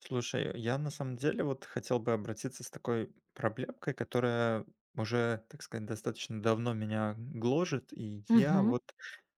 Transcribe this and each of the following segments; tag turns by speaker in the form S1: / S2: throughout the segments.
S1: Слушай, я на самом деле вот хотел бы обратиться с такой проблемкой, которая уже, так сказать, достаточно давно меня гложет, и я
S2: Мгм.
S1: вот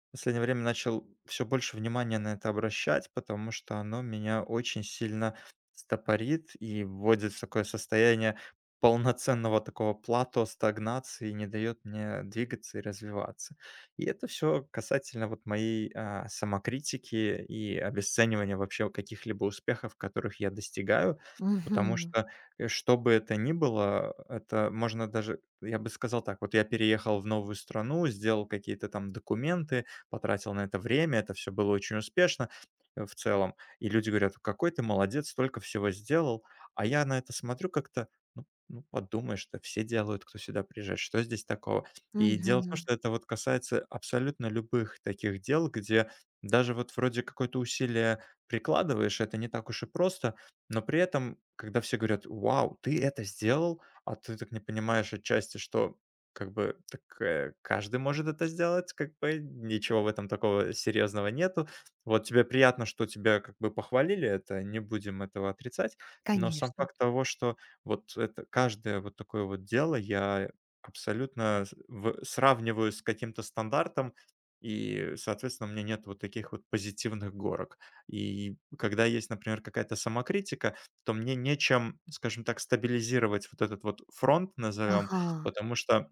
S1: в последнее время начал все больше внимания на это обращать, потому что оно меня очень сильно стопорит и вводит в такое состояние полноценного такого плато, стагнации, не дает мне двигаться и развиваться. И это все касательно вот моей самокритики и обесценивания вообще каких-либо успехов, которых я достигаю. Потому
S2: Мгм.
S1: что, что бы это ни было, это можно даже, я бы сказал так: вот я переехал в новую страну, сделал какие-то там документы, потратил на это время, это все было очень успешно, в целом. И люди говорят: "Какой ты молодец, столько всего сделал". А я на это смотрю как-то: ну ну, подумаешь, это все делают, кто сюда приезжает, что здесь такого? И дело в том,
S2: Мгм.
S1: что это вот касается абсолютно любых таких дел, где даже вот вроде какое-то усилие прикладываешь, это не так уж и просто, но при этом, когда все говорят: "Вау, ты это сделал", а ты так не понимаешь отчасти, что как бы так, каждый может это сделать, как бы ничего в этом такого серьезного нету. Вот тебе приятно, что тебя как бы похвалили, это не будем этого отрицать, но сам
S2: Конечно.
S1: факт того, что вот это каждое вот такое вот дело я абсолютно с в сравниваю с каким-то стандартом, и, соответственно, у меня нет вот таких вот позитивных горок. И когда есть, например, какая-то самокритика, то мне нечем, скажем так, стабилизировать вот этот вот фронт, назовем,
S2: Ага.
S1: потому что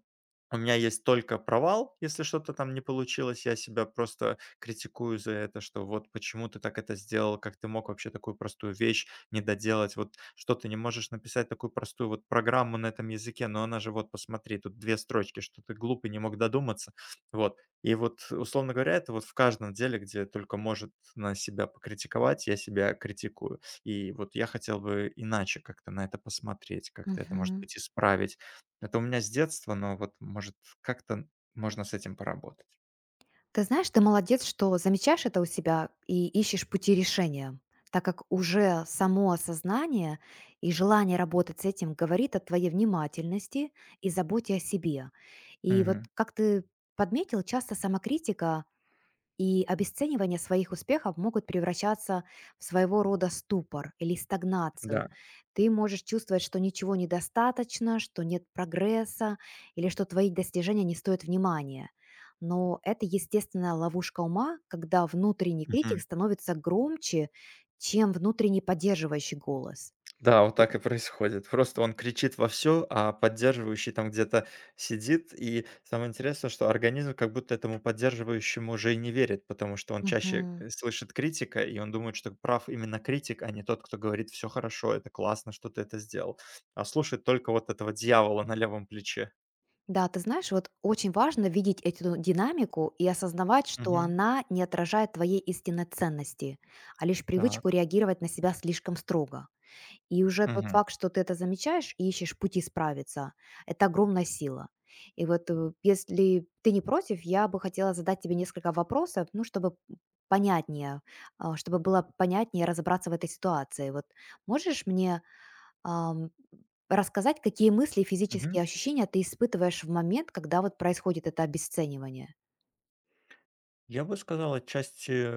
S1: у меня есть только провал, если что-то там не получилось. Я себя просто критикую за это, что вот почему ты так это сделал, как ты мог вообще такую простую вещь не доделать, вот что ты не можешь написать такую простую вот программу на этом языке, но она же вот посмотри, тут две строчки, что ты глупый, не мог додуматься. Вот. И вот, условно говоря, это вот в каждом деле, где только может на себя покритиковать, я себя критикую. И вот я хотел бы иначе как-то на это посмотреть, как-то это, может
S2: Мгм.
S1: быть, исправить. Это у меня с детства, но вот, может, как-то можно с этим поработать.
S2: Ты знаешь, ты молодец, что замечаешь это у себя и ищешь пути решения, так как уже само осознание и желание работать с этим говорит о твоей внимательности и заботе о себе. И вот
S1: Мгм.
S2: как ты подметил, часто самокритика и обесценивание своих успехов могут превращаться в своего рода ступор или стагнацию.
S1: Да.
S2: Ты можешь чувствовать, что ничего недостаточно, что нет прогресса или что твои достижения не стоят внимания. Но это естественная ловушка ума, когда внутренний критик
S1: Мгм.
S2: становится громче, чем внутренний поддерживающий голос.
S1: Да, вот так и происходит. Просто он кричит во все, а поддерживающий там где-то сидит. И самое интересное, что организм как будто этому поддерживающему уже и не верит, потому что он чаще,
S2: Мгм.
S1: слышит критика, и он думает, что прав именно критик, а не тот, кто говорит: все хорошо, это классно, что ты это сделал". А слушает только вот этого дьявола на левом плече.
S2: Да, ты знаешь, вот очень важно видеть эту динамику и осознавать, что
S1: Мгм.
S2: она не отражает твоей истинной ценности, а лишь привычку
S1: Так.
S2: реагировать на себя слишком строго. И уже тот
S1: Мгм.
S2: факт, что ты это замечаешь и ищешь пути справиться, это огромная сила. И вот если ты не против, я бы хотела задать тебе несколько вопросов, ну, чтобы понятнее, чтобы было понятнее разобраться в этой ситуации. Вот можешь мне ам, рассказать, какие мысли и физические
S1: Мгм.
S2: ощущения ты испытываешь в момент, когда вот происходит это обесценивание?
S1: Я бы сказал, отчасти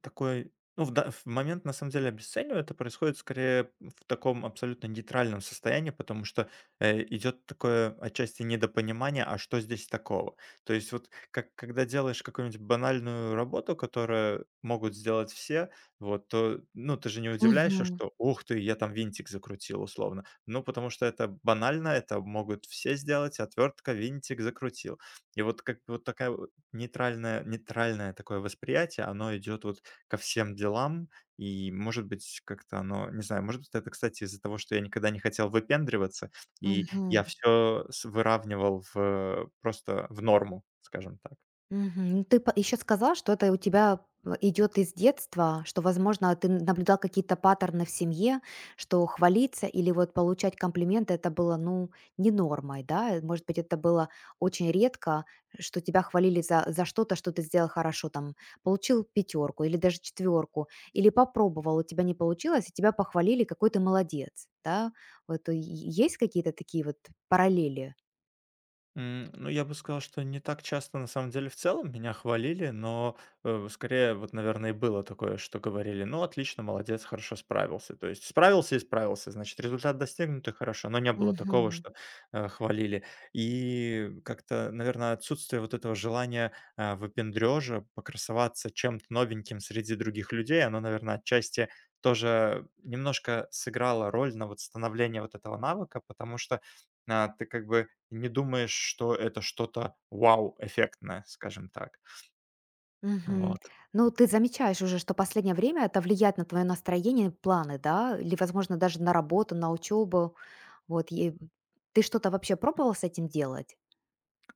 S1: такой, ну, в момент, на самом деле, обесценивания это происходит скорее в таком абсолютно нейтральном состоянии, потому что идет такое отчасти недопонимание, а что здесь такого? То есть вот как, когда делаешь какую-нибудь банальную работу, которую могут сделать все, вот, то, ну, ты же не удивляешься,
S2: Мгм.
S1: что, ух ты, я там винтик закрутил условно. Ну, потому что это банально, это могут все сделать, отвертка, винтик закрутил. И вот как бы вот такая Нейтральное нейтральное такое восприятие, оно идет вот ко всем делам. И, может быть, как-то оно, не знаю, может быть, это, кстати, из-за того, что я никогда не хотел выпендриваться, и
S2: Мгм.
S1: я все выравнивал в просто в норму, скажем так.
S2: Мгм. Ну, ты еще сказала, что это у тебя, идет из детства, что, возможно, наблюдал какие-то паттерны в семье, что хвалиться или вот получать комплименты — это было, ну, не нормой, да? Э, может быть, это было очень редко, что тебя хвалили за что-то, что ты сделал хорошо, там, получил пятерку или даже четверку, или попробовал, у тебя не получилось, и тебя похвалили, какой ты молодец, да? Вот, э, е есть какие-то такие вот параллели?
S1: М, ну, я бы сказал, что не так часто, на самом деле, в целом меня хвалили, но, скорее, вот, наверное, и было такое, что говорили: "Ну, отлично, молодец, хорошо справился". То есть справился и справился, значит, результат достигнут и хорошо, но не было такого,
S2: Мгм.
S1: что, хвалили. И как-то, наверное, отсутствие вот этого желания, выпендрежа, покрасоваться чем-то новеньким среди других людей, оно, наверное, отчасти тоже немножко сыграло роль на вот становление вот этого навыка, потому что, ты как бы не думаешь, что это что-то вау-эффектное, скажем так.
S2: Мгм.
S1: Вот.
S2: Ну, ты замечаешь уже, что последнее время это влияет на твое настроение, планы, да? Или, возможно, даже на работу, на учебу. Вот, и ты что-то вообще пробовал с этим делать?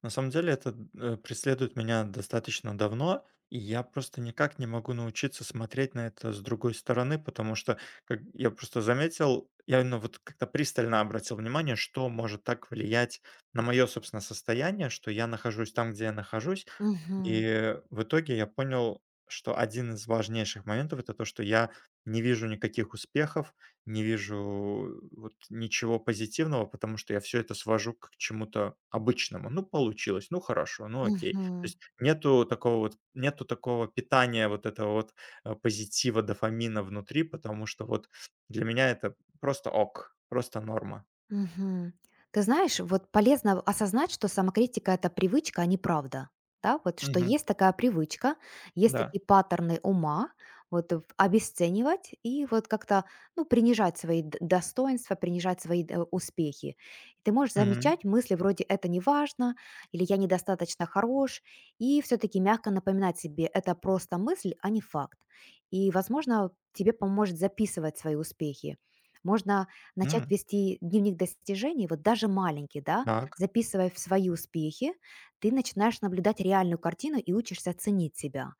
S1: На самом деле это, преследует меня достаточно давно, и я просто никак не могу научиться смотреть на это с другой стороны, потому что, как я просто заметил, я именно вот как-то пристально обратил внимание, что может так влиять на мое, собственно, состояние, что я нахожусь там, где я нахожусь.
S2: Мгм.
S1: И в итоге я понял, что один из важнейших моментов- это то, что я не вижу никаких успехов, не вижу вот ничего позитивного, потому что я все это свожу к чему-то обычному. Ну, получилось, ну хорошо, ну окей. То
S2: Мгм.
S1: есть нету такого питания вот этого вот, позитива, дофамина внутри, потому что вот для меня это просто ок, просто норма.
S2: Мгм. Ты знаешь, вот полезно осознать, что самокритика — это привычка, а не правда. Да, вот что
S1: Мгм.
S2: есть такая привычка, есть
S1: Да.
S2: такие паттерны ума, вот обесценивать и вот как-то, ну, принижать свои достоинства, принижать свои успехи. И ты можешь
S1: Мгм.
S2: замечать мысли вроде «это не важно» или «я недостаточно хорош», и все-таки мягко напоминать себе «это просто мысль, а не факт». И, возможно, тебе поможет записывать свои успехи. Можно начать
S1: М.
S2: вести дневник достижений, вот даже маленький, да,
S1: Так.
S2: записывая в свои успехи, ты начинаешь наблюдать реальную картину и учишься ценить себя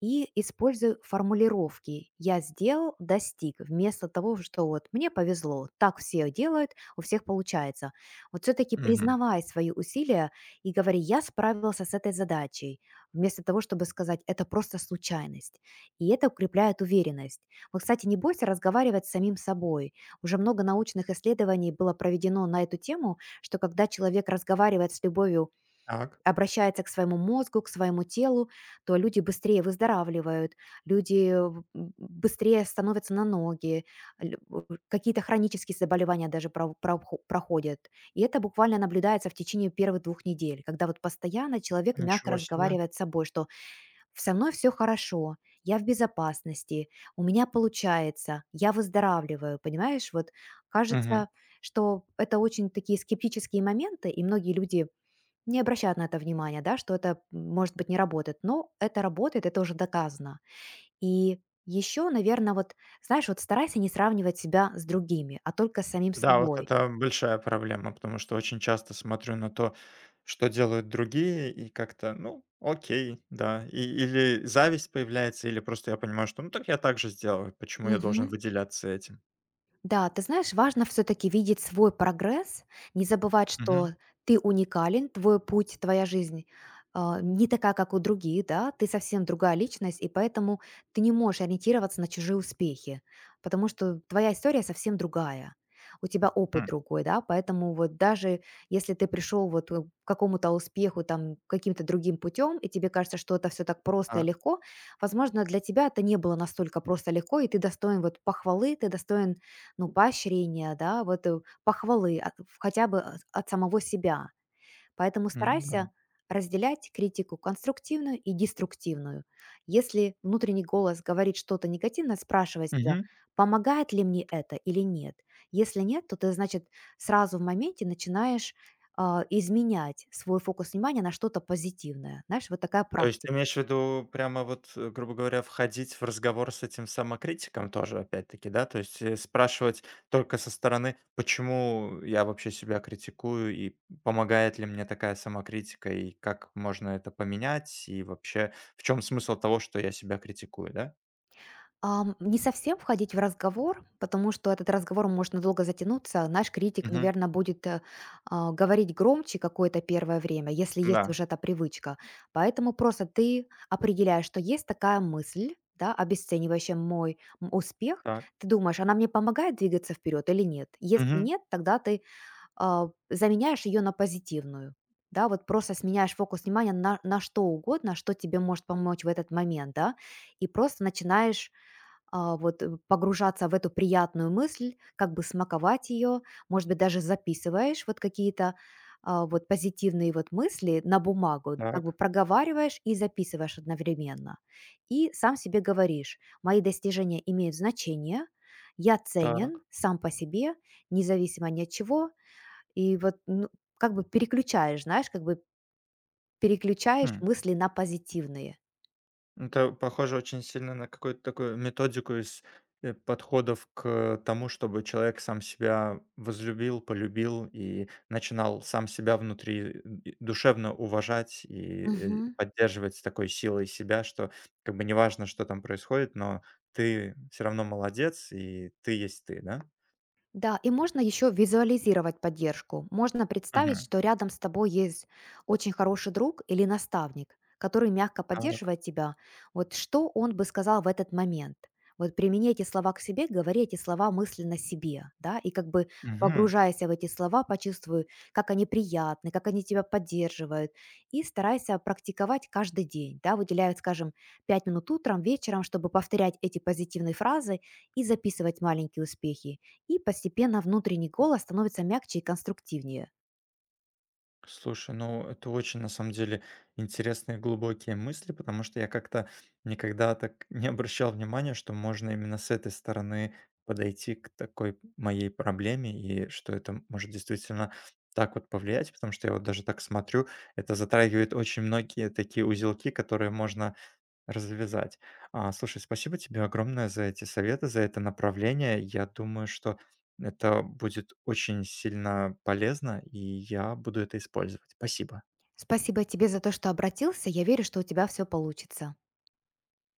S2: и использую формулировки «я сделал», «достиг», вместо того, что вот «мне повезло», «так все делают», «у всех получается». Вот все-таки
S1: Мгм.
S2: признавай свои усилия и говори «я справился с этой задачей», вместо того, чтобы сказать «это просто случайность». И это укрепляет уверенность. Вот, кстати, не бойся разговаривать с самим собой. Уже много научных исследований было проведено на эту тему, что когда человек разговаривает с любовью,
S1: Так.
S2: обращается к своему мозгу, к своему телу, то люди быстрее выздоравливают, люди быстрее становятся на ноги, какие-то хронические заболевания даже проходят. И это буквально наблюдается в течение первых 2 недель, когда вот постоянно человек мягко
S1: Ничего себе.
S2: разговаривает с собой, что со мной все хорошо, я в безопасности, у меня получается, я выздоравливаю, понимаешь? Вот
S1: Мгм.
S2: кажется, что это очень такие скептические моменты, и многие люди не обращают на это внимания, да, что это, может быть, не работает. Но это работает, это уже доказано. И еще, наверное, вот, знаешь, вот старайся не сравнивать себя с другими, а только с самим
S1: Да, вот
S2: собой.
S1: это большая проблема, потому что очень часто смотрю на то, что делают другие, и как-то, ну, окей, да. И, или зависть появляется, или просто я понимаю, что ну так я так же сделаю, почему я должен
S2: Мгм.
S1: выделяться этим.
S2: Да, ты знаешь, важно все-таки видеть свой прогресс, не забывать, что
S1: Мгм.
S2: ты уникален, твой путь, твоя жизнь не такая, как у других, да, ты совсем другая личность, и поэтому ты не можешь ориентироваться на чужие успехи, потому что твоя история совсем другая, у тебя опыт
S1: М,
S2: другой, да, поэтому вот даже если ты пришел вот к какому-то успеху там каким-то другим путем, и тебе кажется, что это все так просто и
S1: так,
S2: легко, возможно, для тебя это не было настолько просто и легко, и ты достоин вот похвалы, ты достоин, ну, поощрения, да, вот, похвалы от, хотя бы от самого себя. Поэтому
S1: ну
S2: старайся
S1: да.
S2: разделять критику конструктивную и деструктивную. Если внутренний голос говорит что-то негативное, спрашивай себя, помогает ли мне это или нет. Если нет, то ты, значит, сразу в моменте начинаешь изменять свой фокус внимания на что-то позитивное. Знаешь, вот такая
S1: То есть ты
S2: практика.
S1: имеешь в виду прямо вот, грубо говоря, входить в разговор с этим самокритиком тоже опять-таки, да? То есть, спрашивать только со стороны, почему я вообще себя критикую и помогает ли мне такая самокритика, и как можно это поменять, и вообще в чем смысл того, что я себя критикую, да?
S2: Ам, не совсем входить в разговор, потому что этот разговор может долго затянуться. Наш критик,
S1: Мгм.
S2: наверное, будет, говорить громче какое-то первое время, если есть
S1: Да.
S2: уже эта привычка. Поэтому просто ты определяешь, что есть такая мысль, да, обесценивающая мой успех.
S1: Так.
S2: Ты думаешь, она мне помогает двигаться вперед или нет? Если
S1: Мгм.
S2: нет, тогда ты заменяешь ее на позитивную. Да, вот просто сменяешь фокус внимания на что угодно, что тебе может помочь в этот момент, да, и просто начинаешь погружаться в эту приятную мысль, как бы смаковать ее, может быть, даже записываешь вот какие-то, вот позитивные вот мысли на бумагу, да, как бы
S1: Так.
S2: проговариваешь и записываешь одновременно. И сам себе говоришь, мои достижения имеют значение, я ценен
S1: Так.
S2: сам по себе, независимо ни от чего. И вот, ну, как бы переключаешь, знаешь, как бы переключаешь
S1: М.
S2: мысли на позитивные.
S1: Это похоже очень сильно на какую-то такую методику из, подходов к тому, чтобы человек сам себя возлюбил, полюбил и начинал сам себя внутри д душевно уважать и,
S2: Мгм.
S1: поддерживать с такой силой себя, что как бы неважно, что там происходит, но ты все равно молодец и ты есть ты, да?
S2: Да, и можно еще визуализировать поддержку. Можно представить,
S1: Мгм.
S2: что рядом с тобой есть очень хороший друг или наставник, который мягко
S1: Так.
S2: поддерживает тебя. Вот что он бы сказал в этот момент? Вот примени эти слова к себе, говори эти слова мысленно себе, да, и как бы
S1: Мгм.
S2: погружайся в эти слова, почувствуй, как они приятны, как они тебя поддерживают, и старайся практиковать каждый день, да, выделяют, скажем, 5 минут утром, вечером, чтобы повторять эти позитивные фразы и записывать маленькие успехи, и постепенно внутренний голос становится мягче и конструктивнее.
S1: Слушай, ну это очень на самом деле интересные глубокие мысли, потому что я как-то никогда так не обращал внимания, что можно именно с этой стороны подойти к такой моей проблеме и что это может действительно так вот повлиять, потому что я вот даже так смотрю, это затрагивает очень многие такие узелки, которые можно развязать. А, слушай, спасибо тебе огромное за эти советы, за это направление. Я думаю, что это будет очень сильно полезно, и я буду это использовать. Спасибо.
S2: Спасибо тебе за то, что обратился. Я верю, что у тебя все получится.